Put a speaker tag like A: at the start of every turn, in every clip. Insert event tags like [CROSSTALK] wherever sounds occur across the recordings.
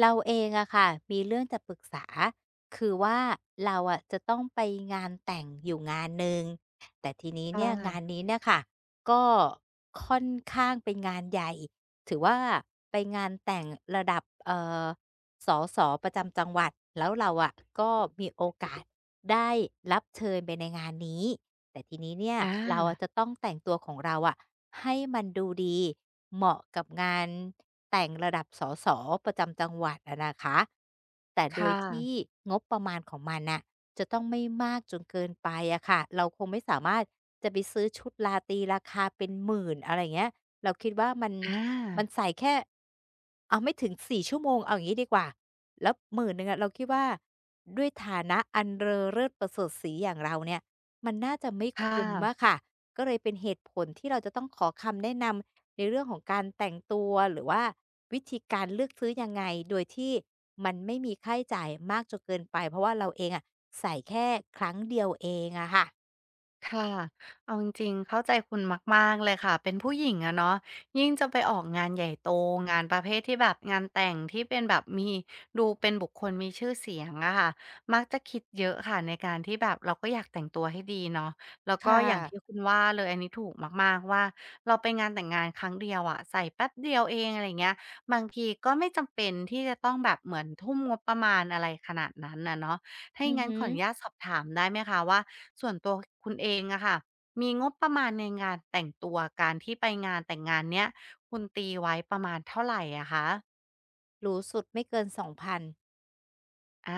A: เราเองอะค่ะมีเรื่องจะปรึกษาคือว่าเราอะจะต้องไปงานแต่งอยู่งานหนึ่งแต่ทีนี้
B: ค่
A: เนี่ยงาน
B: ะ
A: นี้เนี่ยค่ะก็ค่อนข้างเป็นงานใหญ่ถือว่าไปงานแต่งระดับสสประจำจังหวัดแล้วเราอะก็มีโอกาสได้รับเชิญไปในงานนี้ แต่ทีนี้เนี่ย
B: อ
A: เราอะ
B: า
A: จะต้องแต่งตัวของเราอะให้มันดูดีเหมาะกับงานแต่งระดับสสประจำจังหวัดอะนะคะแต่โดย
B: ค่ะ
A: ที่งบประมาณของมันน่ะจะต้องไม่มากจนเกินไปอะค่ะเราคงไม่สามารถจะไปซื้อชุดราตรีราคาเป็น1 0 0 0นอะไรเงี้ยเราคิดว่ามัน
B: อา
A: ใส่แค่เอาไม่ถึง4ชั่วโมงเอาอย่างงี้ดีกว่าแล้ว1น0 0งอะเราคิดว่าด้วยฐานะอันเรอเลิศประเสริฐศรีอย่างเราเนี่ย มันน่าจะไม่
B: ค่
A: คุ้มอะ
B: ะ
A: ค่ะก็เลยเป็นเหตุผลที่เราจะต้องขอคำแนะนำในเรื่องของการแต่งตัวหรือว่าวิธีการเลือกซื้อยังไงโดยที่มันไม่มีค่าใช้จ่ายมากจนเกินไปเพราะว่าเราเองอะใส่แค่ครั้งเดียวเองอะค่ะ
B: ค่ะเอาจริงๆเข้าใจคุณมากๆเลยค่ะเป็นผู้หญิงอะเนาะยิ่งจะไปออกงานใหญ่โตงานประเภทที่แบบงานแต่งที่เป็นแบบมีดูเป็นบุคคลมีชื่อเสียงอะค่ะมักจะคิดเยอะค่ะในการที่แบบเราก็อยากแต่งตัวให้ดีเนาะแล้วก็
A: ค่ะ
B: อย่างที่คุณว่าเลยอันนี้ถูกมากๆว่าเราไปงานแต่งงานครั้งเดียวอะใส่แป๊บเดียวเองอะไรเงี้ยบางทีก็ไม่จำเป็นที่จะต้องแบบเหมือนทุ่มงบประมาณอะไรขนาดนั้นนะเนาะถ้าอ
A: อื
B: ย่า
A: อ
B: งนั้น
A: ฮึ
B: ขออนุญาตสอบถามได้ไหมคะว่า ส่วนตัวคุณเองอะค่ะมีงบประมาณในงานแต่งตัวการที่ไปงานแต่งงานเนี้ยคุณตีไว้ประมาณเท่าไหร่อะคะ
A: หรูสุดไม่เกิน2,000
B: อา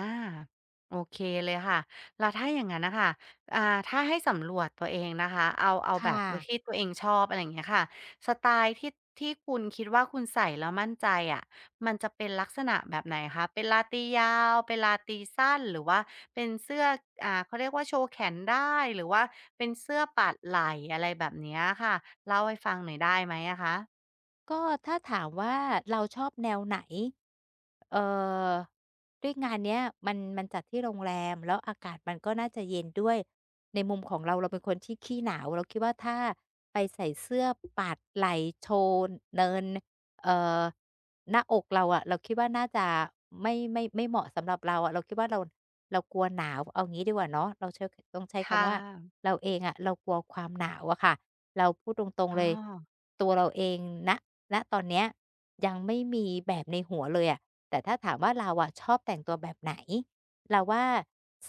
B: โอเคเลยค่ะแล้วถ้าอย่างนั้นนะคะอ่าถ้าให้สำรวจตัวเองนะคะเอา
A: ค่
B: แบบ
A: ะ
B: ที่ตัวเองชอบอะไรอย่างเงี้ยค่ะสไตล์ที่คุณคิดว่าคุณใส่แล้วมั่นใจอะมันจะเป็นลักษณะแบบไหนคะเป็นลาตียาวเป็นลาตีสั้นหรือว่าเป็นเสื้อเขาเรียกว่าโชว์แขนได้หรือว่าเป็นเสื้อปาดไหล่อะไรแบบเนี้ยค่ะเล่าให้ฟังหน่อยได้ไหมอะคะ
A: ก็ถ้าถามว่าเราชอบแนวไหนเอ่อด้วยงานเนี้ยมันจัดที่โรงแรมแล้วอากาศมันก็น่าจะเย็นด้วยในมุมของเราเราเป็นคนที่ขี้หนาวเราคิดว่าถ้าไปใส่เสื้อปาดไหล่โชว์เนิน เอ่อหน้าอกเราอะเราคิดว่าน่าจะไม่เหมาะสำหรับเราอะเราคิดว่าเรากลัวหนาวเอางี้ดีกว่าเนาะเราใช้ต้องใช้
B: ค่ะ
A: คำว่าเราเองอะเรากลัวความหนาวอะค่ะเราพูดตรงๆ
B: อ๋อ
A: เลยตัวเราเองณณตอนเนี้ยยังไม่มีแบบในหัวเลยอะแต่ถ้าถามว่าเราอะชอบแต่งตัวแบบไหนเราว่า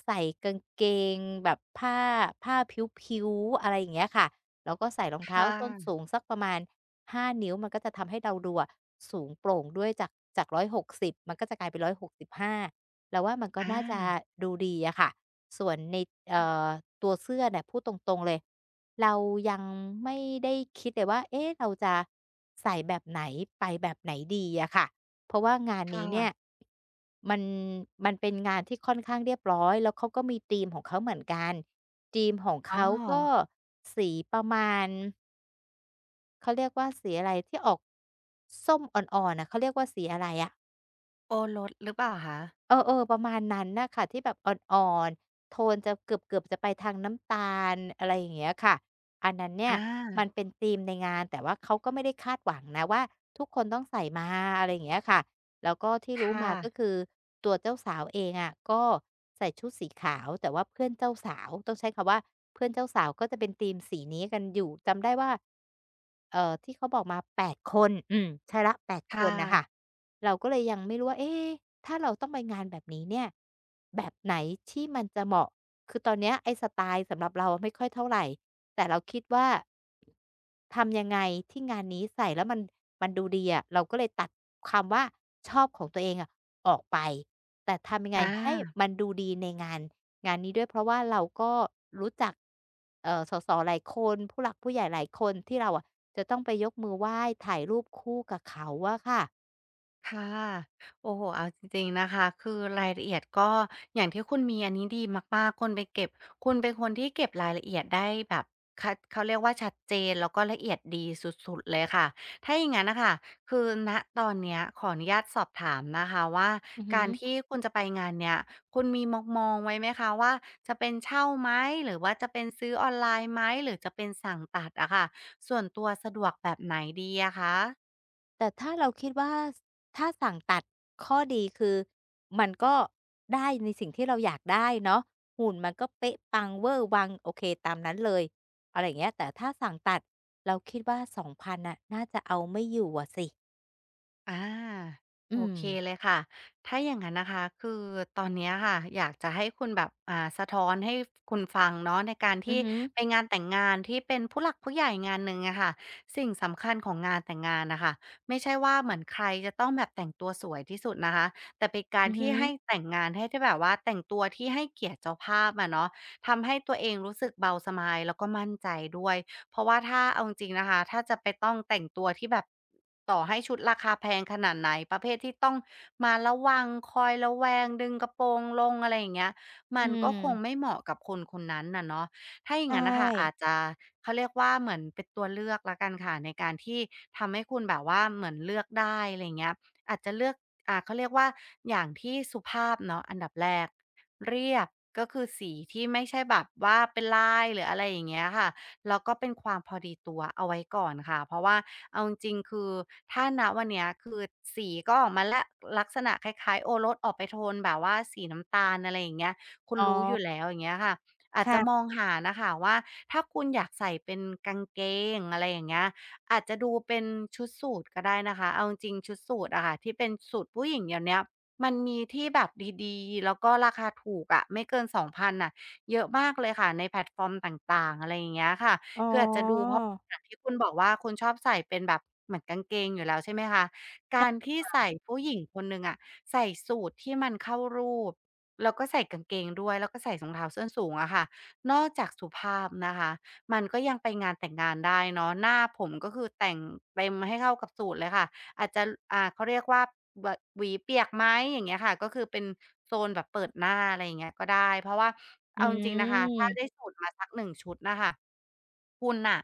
A: ใส่กางเกงแบบผ้าพริ้วๆอะไรอย่างเงี้ยค่ะ แล้วก็ใส่รอง
B: ค
A: เท้าส้น
B: ่ะ
A: สูงสักประมาณ 5 นิ้วมันก็จะทำให้เราดูอะสูงโปร่งด้วยจากจาก 160 มันก็จะกลายเป็น 165เราว่ามันก็
B: อา
A: น่าจะดูดีอะค่ะ ส่วนในเอ่
B: ค่ะ
A: อตัวเสื้อเนี่ยพูดตรงๆเลยเรายังไม่ได้คิดเลยว่าเอ๊ะเราจะใส่แบบไหนไปแบบไหนดีอะค่ะ เพราะว่างาน
B: ค่
A: นี้เนี่ย
B: ะ
A: มันมันเป็นงานที่ค่อนข้างเรียบร้อยแล้วเขาก็มีธีมของเขาเหมือนกันธีมของ
B: อ๋อ
A: เขาก็สีประมาณเขาเรียกว่าสีอะไรที่ออกส้มอ่อนๆน่ะเขาเรียกว่าสีอะไรอะ
B: โอรสหรือเปล่าคะ
A: เออๆประมาณนั้นน่ะค่ะที่แบบอ่อนๆโทนจะเกือบๆจะไปทางน้ำตาลอะไรอย่างเงี้ยค่ะอันนั้นเนี่ย
B: อา
A: มันเป็นธีมในงานแต่ว่าเขาก็ไม่ได้คาดหวังนะว่าทุกคนต้องใส่มาอะไรอย่างเงี้ยค่ะแล้วก็ที่รู้
B: ค่ะ
A: มาก็คือตัวเจ้าสาวเองอะก็ใส่ชุดสีขาวแต่ว่าเพื่อนเจ้าสาวต้องใช้คำว่าเพื่อนเจ้าสาวก็จะเป็นธีมสีนี้กันอยู่จำได้ว่าที่เขาบอกมาแปดคนอืมใช่แล้วแปดค
B: ค่ะ
A: นน่ะค่ะ เราก็เลยยังไม่รู้ว่าเอ๊ะถ้าเราต้องไปงานแบบนี้เนี่ย แบบไหนที่มันจะเหมาะ คือตอนเนี้ยไอ้สไตล์สำหรับเราไม่ค่อยเท่าไรแต่เราคิดว่าทำยังไงที่งานนี้ใส่แล้วมันดูดีอะเราก็เลยตัดคำว่าชอบของตัวเองอะออกไป แต่ทำยัง
B: อ
A: ไงให้
B: า
A: มันดูดีในงานงานนี้ด้วยเพราะว่าเราก็รู้จักสสหลายคนผู้หลักผู้ใหญ่หลายคนที่เราอะจะต้องไปยกมือไหว้ถ่ายรูปคู่กับเขาอะค่ะ
B: ค่ะโอ้โฮเอาจริงๆนะคะคือรายละเอียดก็อย่างที่คุณมีอันนี้ดีมากๆคุณไปเก็บคุณเป็นคนที่เก็บรายละเอียดได้แบบคัดเขาเรียกว่าชัดเจนแล้วก็ละเอียดดีสุดๆเลยค่ะถ้าอย่างงั้นน่ะค่ะคือณตอนเนี้ยขออนุญาตสอบถามนะคะว่า
A: อือฮึ
B: การที่คุณจะไปงานเนี้ยคุณมีมองๆไว้ไหมคะว่าจะเป็นเช่าไหมหรือว่าจะเป็นซื้อออนไลน์ไหมหรือจะเป็นสั่งตัดอะค่ะส่วนตัวสะดวกแบบไหนดีอะคะ
A: แต่ถ้าเราคิดว่าถ้าสั่งตัดข้อดีคือมันก็ได้ในสิ่งที่เราอยากได้เนาะหุ่นมันก็เป๊ะปังเวอร์วังโอเคตามนั้นเลยอะไรอย่างเงี้ยแต่ถ้าสั่งตัดเราคิดว่า2,000นน่ะน่าจะเอาไม่อยู่อะสิ
B: อา
A: อื
B: โอ
A: ม
B: เคเลยค่ะถ้าอย่างนั้นนะคะคือตอนเนี้ยค่ะอยากจะให้คุณแบบสะท้อนให้คุณฟังเนาะในการ
A: อือ
B: ที่
A: ฮึ
B: ไปงานแต่งงานที่เป็นผู้หลักผู้ใหญ่งานหนึ่งอะค่ะสิ่งสำคัญของงานแต่งงานนะคะไม่ใช่ว่าเหมือนใครจะต้องแบบแต่งตัวสวยที่สุดนะคะแต่เป็นกา
A: อื
B: ร
A: อฮึ
B: ที่ให้แต่งงานให้ที่แบบว่าแต่งตัวที่ให้เกียรติเจ้าภาพอะเนาะทำให้ตัวเองรู้สึกเบาสบายแล้วก็มั่นใจด้วย เพราะว่าถ้าเอาจริงๆนะคะถ้าจะไปต้องแต่งตัวที่แบบต่อให้ชุดราคาแพงขนาดไหนประเภทที่ต้องมาระวังคอยระแวงดึงกระโปรงลงอะไรอย่างเงี้ย
A: อื
B: มันก็คงไม่
A: ม
B: เหมาะกับคนคนนั้นน่ะเนาะถ้าอย่า
A: ใช
B: งงั้นนะคะอาจ
A: ่
B: จะเขาเรียกว่าเหมือนเป็นตัวเลือกแล้วกันค่ะในการที่ทำให้คุณแบบว่าเหมือนเลือกได้อะไราเงี้ยอาจจะเลือกเขาเรียกว่าอย่างที่สุภาพเนาะอันดับแรกเรียบก็คือสีที่ไม่ใช่แบบว่าเป็นลายหรืออะไรอย่างเงี้ยค่ะ แล้วก็เป็นความพอดีตัวเอาไว้ก่อนค่ะเพราะว่าเอาจริงๆคือถ้าณวันเนี้ยคือสีก็ออกมาแล้วลักษณะคล้ายๆโอรสออกไปโทนแบบว่าสีน้ำตาลอะไรอย่างเงี้ยคุณ
A: อ๋อ
B: รู้อยู่แล้วอย่างเงี้ยค่ะอาจจะม
A: ค่ะ
B: องหานะคะว่าถ้าคุณอยากใส่เป็นกางเกงอะไรอย่างเงี้ยอาจจะดูเป็นชุดสูทก็ได้นะคะเอาจริงๆชุดสูทอะค่ะที่เป็นสูทผู้หญิงเดี๋ยวเนี้ยมันมีที่แบบดีๆแล้วก็ราคาถูกอะไม่เกิน2,000ะ เยอะมากเลยค่ะในแพลตฟอร์มต่างๆอะไรอย่างเงี้ยค่ะ
A: อ๋
B: คืออาจจะดู
A: อ
B: เพราะอย่างที่คุณบอกว่าคุณชอบใส่เป็นแบบเหมือนกางเกงอยู่แล้วใช่ไหมคะการ
A: ใช่
B: ที่ใส่ผู้หญิงคนหนึ่งอะใส่สูทที่มันเข้ารูปแล้วก็ใส่กางเกงด้วยแล้วก็ใส่รองเท้าส้นสูงอะค่ะนอกจากสุภาพนะคะมันก็ยังไปงานแต่งงานได้เนาะหน้าผมก็คือแต่งเต็มให้เข้ากับสูทเลยค่ะ อาจจะเขาเรียกว่าวหวีเปียกไหมอย่างเงี้ยค่ะก็คือเป็นโซนแบบเปิดหน้าอะไรอย่างเงี้ยก็ได้เพราะว่า
A: อื
B: เอาจริงๆนะคะถ้าได้
A: ม
B: สูตรมาสัก1ชุดน่ะค่ะคุณน่ะ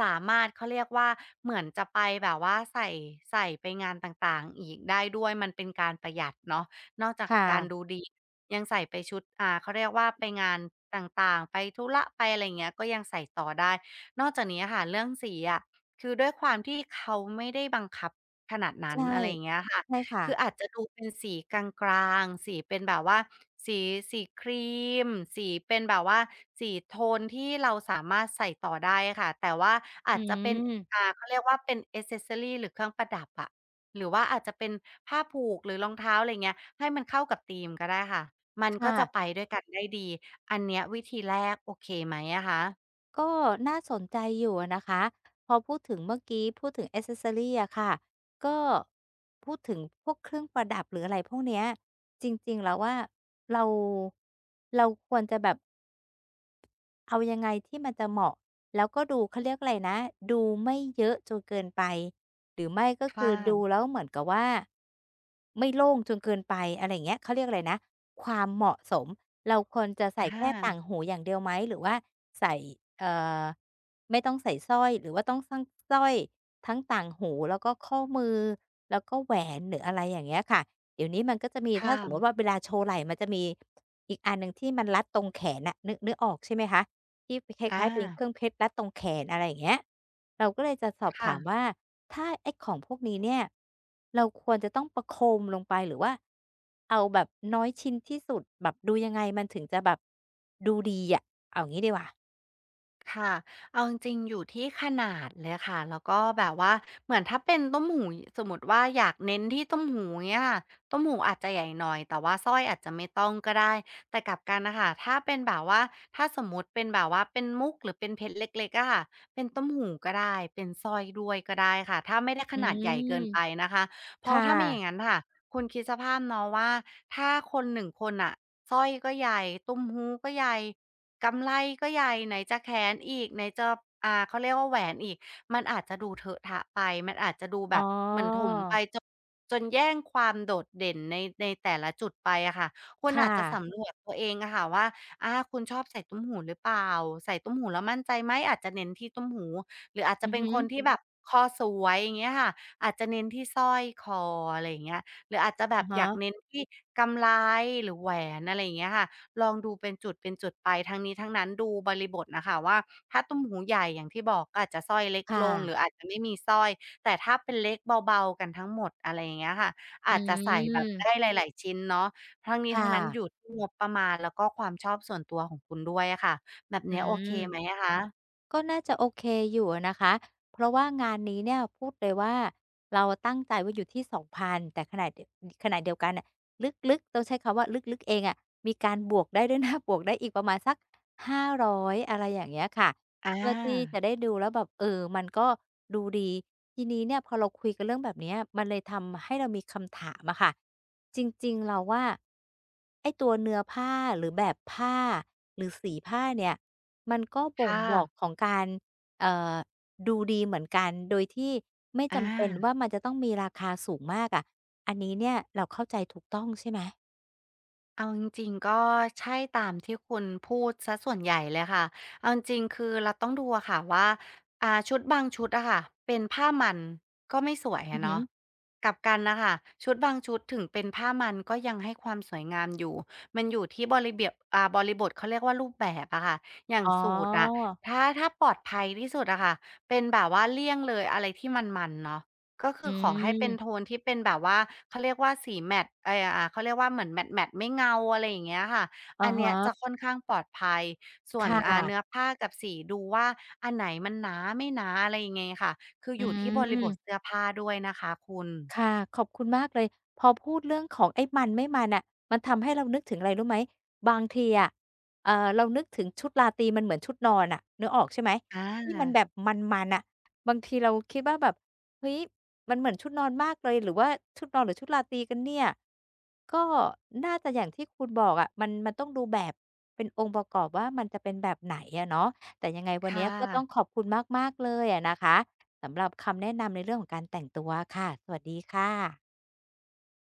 B: สามารถเขาเรียกว่าเหมือนจะไปแบบว่าใส่ไปงานต่างๆอีกได้ด้วยมันเป็นการประหยัดเนาะนอกจาก
A: ค่ะ
B: การดูดียังใส่ไปชุดเขาเรียกว่าไปงานต่างๆไปธุระไปอะไรอย่างเงี้ยก็ยังใส่ต่อได้นอกจากนี้อะค่ะเรื่องสีอะคือด้วยความที่เขาไม่ได้บังคับ ขนาดนั้น
A: ใช่
B: อะไรอย่างเงี้ยค่ะ
A: ใช่ค่ะ
B: คืออาจจะดูเป็นสีกลางๆสีเป็นแบบว่าสีสีครีมสีเป็นแบบว่าสีโทที่เราสามารถใส่ต่อได้ค่ะ แต่ว่าอา
A: อื
B: จจะเป็น
A: ม
B: เขาเรียกว่าเป็น a อกเ e s s o r y หรือเครื่องประดับอะหรือว่าอาจจะเป็นผ้าผูกหรือรองเท้าอะไรเงี้ยให้มันเข้ากับธีมก็ได้ค่ะมันก็
A: ค่ะ
B: จะไปด้วยกันได้ดี อันเนี้ยวิธีแรกโอเคไหมอะคะ
A: ก็น่าสนใจอยู่อะนะคะพอพูดถึงเมื่อกี้พูดถึง a อ c เซ s o r รีอะค่ะก็พูดถึงพวกเครื่องประดับหรืออะไรพวกเนี้ยจริงๆแล้วว่าเราควรจะแบบ เอายังไงที่มันจะเหมาะแล้วก็ดูเขาเรียกอะไรนะดูไม่เยอะจนเกินไปหรือไม่ก็
B: ค
A: คือดู
B: ่ะ
A: แล้วเหมือนกับว่าไม่โล่งจนเกินไปอะไรอย่างเงี้ยเขาเรียกอะไรนะความเหมาะสมเราควรจะใส่แค่ต่า
B: อา
A: งหูอย่างเดียวไหมหรือว่าใส่เอ่อไม่ต้องใส่สร้อยหรือว่าต้องทั้งสร้อยทั้งต่างหูแล้วก็ข้อมือแล้วก็แหวนหรืออะไรอย่างเงี้ยค่ะเดี๋ยวนี้มันก็จะมีถ้า
B: ค่ะ
A: สมมุติว่าเวลาโชว์ไหล่มันจะมีอีกอันหนึ่งที่มันรัดตรงแขนน่ะนึกออกใช่ไหมคะ ที่คล้า
B: อา
A: ยๆเป็นเครื่องเพชรรัดตรงแขนอะไรอย่างเงี้ยเราก็เลยจะสอบถาม
B: ค่ะ
A: ว่าถ้าไอ้ของพวกนี้เนี่ยเราควรจะต้องประโคมลงไปหรือว่าเอาแบบน้อยชิ้นที่สุดแบบดูยังไงมันถึงจะแบบดูดีอะเอางี้ดีกว่า
B: ค่ะเอาจริงๆอยู่ที่ขนาดเลยค่ะ แล้วก็แบบว่าเหมือนถ้าเป็นต้มหูสมมุติว่าอยากเน้นที่ต้มหูเนี้ยค่ะต้มหูอาจจะใหญ่หน่อย แต่ว่าสร้อยอาจจะไม่ต้องก็ได้ แต่กลับกันนะคะ ถ้าเป็นแบบว่า ถ้าสมมติเป็นแบบว่าเป็นมุกหรือเป็นเพชรเล็กๆอะค่ะเป็นต้มหูก็ได้ เป็นสร้อยด้วยก็ได้ค่ะ ถ้าไม่ได้ข
A: อื
B: นาดใหญ่
A: ม
B: เกินไปนะคะเพราะ
A: ค่
B: ถ้าไม่อย่างนั้น
A: ะ
B: ค่ะคุณคิดสภาพเนาะว่าถ้าคนหนึ่งคนอะสร้อยก็ใหญ่ตุ้มหูก็ใหญ่ กำไลก็ใหญ่ไหนจะแขนอีกไหนจะเขาเรียกว่าแหวนอีกมันอาจจะดูเถอะทะไปมันอาจจะดู
A: อ๋
B: แบ
A: อ
B: บเหมือนถมไปจนจนแย่งความโดดเด่นในแต่ละจุดไปอะค่ะคุณอาจ
A: ค่ะ
B: จะสำรวจตัวเองอะค่ะว่าคุณชอบใส่ตุ้มหูหรือเปล่าใส่ตุ้มหูแล้วมั่นใจไหมอาจจะเน้นที่ตุ้มหูหรืออาจจะ
A: อือ
B: เป็น
A: ฮึ
B: คนที่แบบคอสวยอย่างเงี้ยค่ะอาจจะเน้นที่สร้อยคออะไรอย่างเงี้ยหรืออาจจะแบ
A: อะ
B: บอ
A: ฮะ
B: ยากเน้นที่กำไลหรือแหวอะไรอย่างเงี้ยค่ะ ลองดูเป็นจุดเป็นจุดไปทั้งนี้ทั้งนั้นดูบริบทน่ะค่ะว่าถ้าตุ้มหูใหญ่อย่างที่บอกก็อาจจะสร้อยเล็ก
A: ค่ะ
B: ลงหรืออาจจะไม่มีสร้อยแต่ถ้าเป็นเล็กเบาๆกันทั้งหมดอะไรอย่างเงี้ยค่ะ
A: อื
B: อาจจะใส่แบบ
A: ม
B: ได้หลายๆชิ้นเนาะทั้งนี้ทั้ง
A: ค่ะ
B: นั้นอยู่ที่งบประมาณแล้วก็ความชอบส่วนตัวของคุณด้วยอะค่ะแบบ
A: อื
B: เนี้ยโอเคไหม
A: ม
B: อะคะ
A: ก็น่าจะโอเคอยู่อะนะคะ เพราะว่างานนี้เนี่ยพูดเลยว่าเราตั้งใจไว้อยู่ที่2,000แต่ขณะเดียวกันน่ะลึกๆต้องใช้คำว่าลึกๆเองอะมีการบวกได้ด้วยนะ [LAUGHS] บวกได้อีกประมาณสัก500อยอะไรอย่างเงี้ยค่ะ
B: อ
A: เพื่อที่จะ
B: า
A: ได้ดูแล้วแบบเออมันก็ดูดีทีนี้เนี่ยพอเราคุยกันเรื่องแบบเนี้ยมันเลยทำให้เรามีคำถามอะค่ะ จริงๆ เราว่าไอ้ตัวเนื้อผ้าหรือแบบผ้าหรือสีผ้าเนี่ยมันก็บ่ง
B: ค่ะ
A: บอกของการเอ่อดูดีเหมือนกันโดยที่ไม่
B: อา
A: จำเป็นว่ามันจะต้องมีราคาสูงมากอะอันนี้เนี่ยเราเข้าใจถูกต้องใช่ไหม
B: เอาจริงๆก็ใช่ตามที่คุณพูดส่วนใหญ่เลยค่ะเอาจริงๆคือเราต้องดูอะค่ะว่าชุดบางชุดอะค่ะเป็นผ้ามันก็ไม่สวย
A: อื
B: อะ
A: อฮึ
B: เนาะกลับกันนะคะชุดบางชุดถึงเป็นผ้ามันก็ยังให้ความสวยงามอยู่มันอยู่ที่บริบทเขาเรียกว่ารูปแบบอะค่ะอย่าง
A: อ๋อ
B: สูทอะถ้าปลอดภัยที่สุดอะค่ะเป็นแบบว่าเลี่ยงเลยอะไรที่มันๆเนาะ ก็
A: อื
B: คือขอให้เป็น
A: ม
B: โทนที่เป็นแบบว่าเขาเรียกว่าสีแมตต์เขาเรียกว่าเหมือนแมตต์ไม่เงาอะไรอย่างเงี้ยค่ะ อั
A: อะ
B: นเนี้ยจะ
A: ฮะ
B: ค่อนข้างปลอดภัยส่วน
A: ค่
B: เนื้อ
A: ะ
B: ผ้ากับสีดูว่าอันไหนมันหนาไม่หนาอะไรยังไงค่ะ คือ
A: อื
B: อยู่ที่บริบท
A: ม
B: เสื้อผ้าด้วยนะคะคุณ
A: ค่ะขอบคุณมากเลยพอพูดเรื่องของไอ้มันไม่มันน่ะมันทำให้เรานึกถึงอะไรรู้ไหมบางทีอะเรานึกถึงชุดราตรีมันเหมือนชุดนอนน่ะนึกออกใช่ไหม
B: อา
A: ที่มันแบบมันๆน่ะบางทีเราคิดว่าแบบเฮ้ยมันเหมือนชุดนอนมากเลยหรือว่าชุดนอนหรือชุดราตรีกันเนี่ยก็น่าจะอย่างที่คุณบอกอะมันมันต้องดูแบบเป็นองค์ประกอบว่ามันจะเป็นแบบไหนอะเนาะแต่ยังไงวัน
B: ค่
A: เนี้ยก็ต้อง
B: ะ
A: ขอบคุณมากๆเลยอะนะคะ สำหรับคำแนะนำในเรื่องของการแต่งตัวค่ะ สวัสดีค่ะ